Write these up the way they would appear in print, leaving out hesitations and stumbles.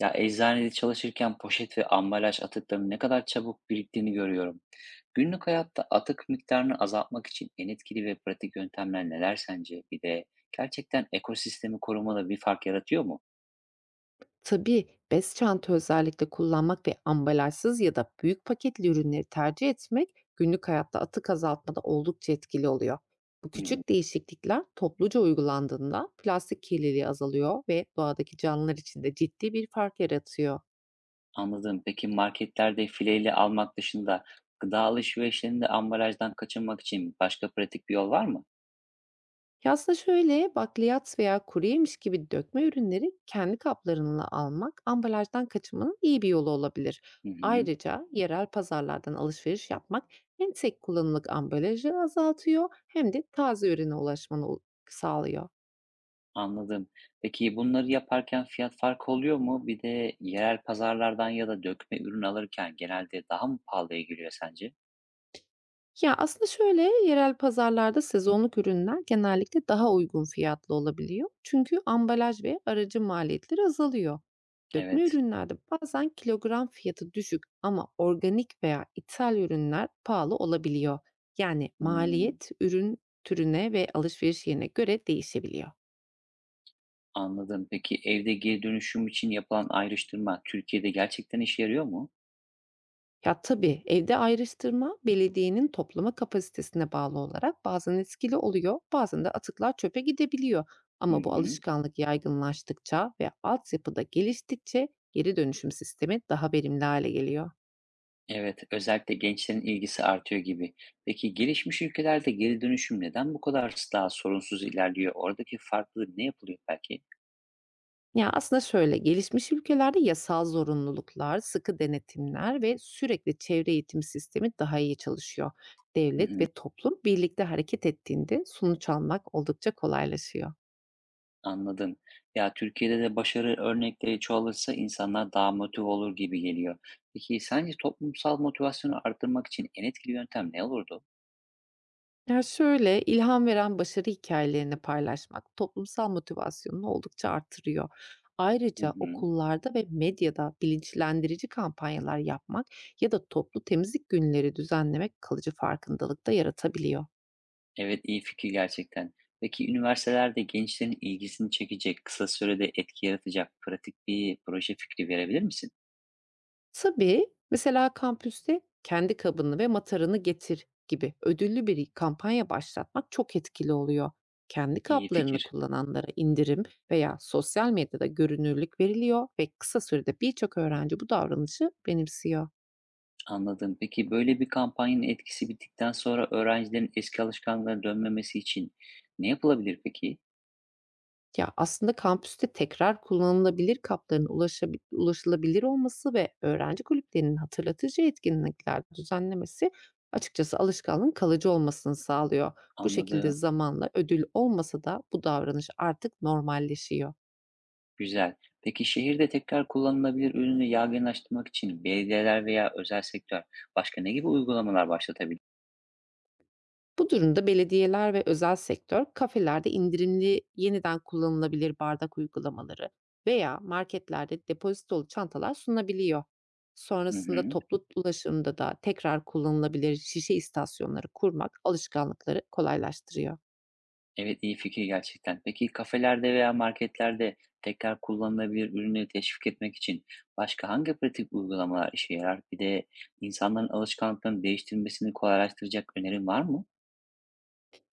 Ya eczanede çalışırken poşet ve ambalaj atıklarının ne kadar çabuk biriktiğini görüyorum. Günlük hayatta atık miktarını azaltmak için en etkili ve pratik yöntemler neler sence? Bir de gerçekten ekosistemi korumada bir fark yaratıyor mu? Tabii bez çanta özellikle kullanmak ve ambalajsız ya da büyük paketli ürünleri tercih etmek günlük hayatta atık azaltmada oldukça etkili oluyor. Bu Hı hı, küçük değişiklikler topluca uygulandığında plastik kirliliği azalıyor ve doğadaki canlılar için de ciddi bir fark yaratıyor. anladım. Peki marketlerde fileyle almak dışında gıda alışverişlerinde ambalajdan kaçınmak için başka pratik bir yol var mı? Ya, aslında şöyle, bakliyat veya kuru yemiş gibi dökme ürünleri kendi kaplarınla almak, ambalajdan kaçınmanın iyi bir yolu olabilir. Hı hı. Ayrıca yerel pazarlardan alışveriş yapmak hem tek kullanımlık ambalajı azaltıyor hem de taze ürüne sağlıyor. Anladım. Peki bunları yaparken fiyat farkı oluyor mu? Bir de yerel pazarlardan ya da dökme ürün alırken genelde daha mı pahalıya geliyor sence? Ya, aslında şöyle, yerel pazarlarda sezonluk ürünler genellikle daha uygun fiyatlı olabiliyor. Çünkü ambalaj ve aracı maliyetleri azalıyor. Dökme Evet. ürünlerde bazen kilogram fiyatı düşük ama organik veya ithal ürünler pahalı olabiliyor. Yani Hmm, maliyet ürün türüne ve alışveriş yerine göre değişebiliyor. anladım. Peki evde geri dönüşüm için yapılan ayrıştırma Türkiye'de gerçekten işe yarıyor mu? Ya, tabii, evde ayrıştırma belediyenin toplama kapasitesine bağlı olarak bazen etkili oluyor, bazen de atıklar çöpe gidebiliyor. Hı Ama bu hı. alışkanlık yaygınlaştıkça ve altyapı da geliştikçe geri dönüşüm sistemi daha verimli hale geliyor. Evet, özellikle gençlerin ilgisi artıyor gibi. Peki gelişmiş ülkelerde geri dönüşüm neden bu kadar daha sorunsuz ilerliyor? Oradaki farklılık ne yapılıyor belki? Ya, aslında şöyle, gelişmiş ülkelerde yasal zorunluluklar, sıkı denetimler ve sürekli çevre eğitimi sistemi daha iyi çalışıyor. Devlet ve toplum birlikte hareket ettiğinde sonuç almak oldukça kolaylaşıyor. Anladım. Ya Türkiye'de de başarı örnekleri çoğalırsa insanlar daha motive olur gibi geliyor. Peki sence toplumsal motivasyonu arttırmak için en etkili yöntem ne olurdu? Ya, şöyle, ilham veren başarı hikayelerini paylaşmak toplumsal motivasyonunu oldukça artırıyor. Hı Ayrıca hı. okullarda ve medyada bilinçlendirici kampanyalar yapmak ya da toplu temizlik günleri düzenlemek kalıcı farkındalık da yaratabiliyor. Evet iyi fikir gerçekten. Peki üniversitelerde gençlerin ilgisini çekecek, kısa sürede etki yaratacak pratik bir proje fikri verebilir misin? Tabii, mesela kampüste "Kendi kabını ve matarını getir" gibi ödüllü bir kampanya başlatmak çok etkili oluyor. Kendi İyi kaplarını fikir. kullananlara indirim veya sosyal medyada görünürlük veriliyor ve kısa sürede birçok öğrenci bu davranışı benimsiyor. Anladım. Peki böyle bir kampanyanın etkisi bittikten sonra öğrencilerin eski alışkanlıklarına dönmemesi için ne yapılabilir peki? Ya, aslında kampüste tekrar kullanılabilir kapların ulaşılabilir olması ve öğrenci kulüplerinin hatırlatıcı etkinlikler düzenlemesi açıkçası alışkanlığın kalıcı olmasını sağlıyor. Bu şekilde Anladım. zamanla ödül olmasa da bu davranış artık normalleşiyor. Güzel. Peki şehirde tekrar kullanılabilir ürünü yaygınlaştırmak için belediyeler veya özel sektör başka ne gibi uygulamalar başlatabilir? Bu durumda belediyeler ve özel sektör kafelerde indirimli yeniden kullanılabilir bardak uygulamaları veya marketlerde depozitolu çantalar sunabiliyor. Hı Sonrasında hı. toplu ulaşımda da tekrar kullanılabilir şişe istasyonları kurmak alışkanlıkları kolaylaştırıyor. Evet iyi fikir gerçekten. Peki kafelerde veya marketlerde tekrar kullanılabilir ürünü teşvik etmek için başka hangi pratik uygulamalar işe yarar? Bir de insanların alışkanlıklarını değiştirmesini kolaylaştıracak önerin var mı?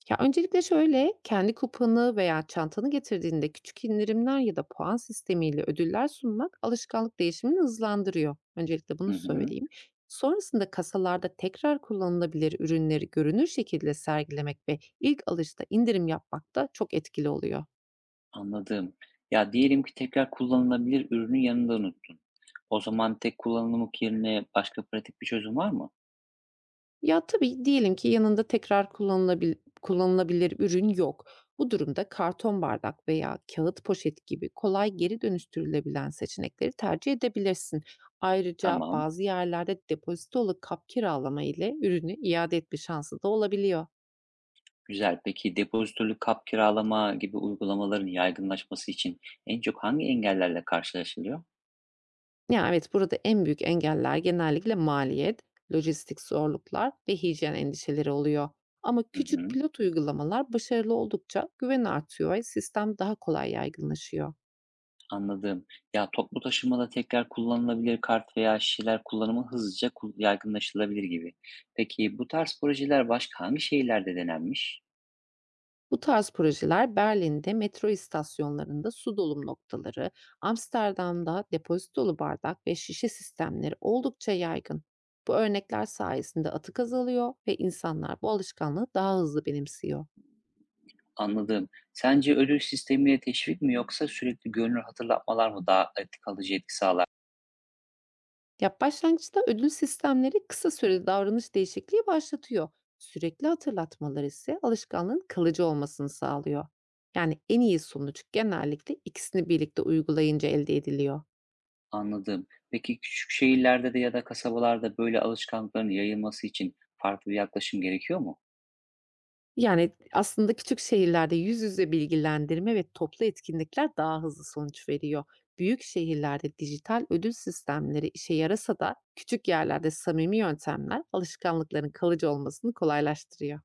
Ya, öncelikle şöyle, kendi kupanı veya çantanı getirdiğinde küçük indirimler ya da puan sistemiyle ödüller sunmak alışkanlık değişimini hızlandırıyor. Öncelikle Hı bunu hı. söyleyeyim. Sonrasında kasalarda tekrar kullanılabilir ürünleri görünür şekilde sergilemek ve ilk alışta indirim yapmak da çok etkili oluyor. Anladım. Ya diyelim ki tekrar kullanılabilir ürünün yanında unuttun. O zaman tek kullanımlık yerine başka pratik bir çözüm var mı? Ya, tabii, diyelim ki yanında tekrar kullanılabilir ürün yok. Bu durumda karton bardak veya kağıt poşet gibi kolay geri dönüştürülebilen seçenekleri tercih edebilirsin. Ayrıca Tamam, bazı yerlerde depozitolu kap kiralama ile ürünü iade etme şansı da olabiliyor. güzel. Peki depozitolu kap kiralama gibi uygulamaların yaygınlaşması için en çok hangi engellerle karşılaşılıyor? Ya, evet, burada en büyük engeller genellikle maliyet, lojistik zorluklar ve hijyen endişeleri oluyor. Ama Hı küçük hı, pilot uygulamalar başarılı oldukça güven artıyor ve sistem daha kolay yaygınlaşıyor. anladım. Ya toplu taşımada tekrar kullanılabilir kart veya şişeler kullanımı yaygınlaşılabilir gibi. Peki bu tarz projeler başka hangi şehirlerde denenmiş? Bu tarz projeler Berlin'de metro istasyonlarında su dolum noktaları, Amsterdam'da depozitolu bardak ve şişe sistemleri oldukça yaygın. Bu örnekler sayesinde atık azalıyor ve insanlar bu alışkanlığı daha hızlı benimsiyor. Anladım. Sence ödül sistemiyle teşvik mi yoksa sürekli görünür hatırlatmalar mı kalıcı etki sağlar? Ya başlangıçta ödül sistemleri kısa süreli davranış değişikliği başlatıyor. Sürekli hatırlatmalar ise alışkanlığın kalıcı olmasını sağlıyor. Yani en iyi sonuç genellikle ikisini birlikte uygulayınca elde ediliyor. Anladım. Peki küçük şehirlerde de ya da kasabalarda böyle alışkanlıkların yayılması için farklı bir yaklaşım gerekiyor mu? Yani, aslında küçük şehirlerde yüz yüze bilgilendirme ve toplu etkinlikler daha hızlı sonuç veriyor. Büyük şehirlerde dijital ödül sistemleri işe yarasa da küçük yerlerde samimi yöntemler alışkanlıkların kalıcı olmasını kolaylaştırıyor.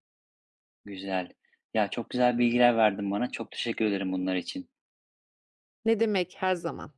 Güzel. Ya çok güzel bilgiler verdin bana. Çok teşekkür ederim bunlar için. Ne demek, her zaman.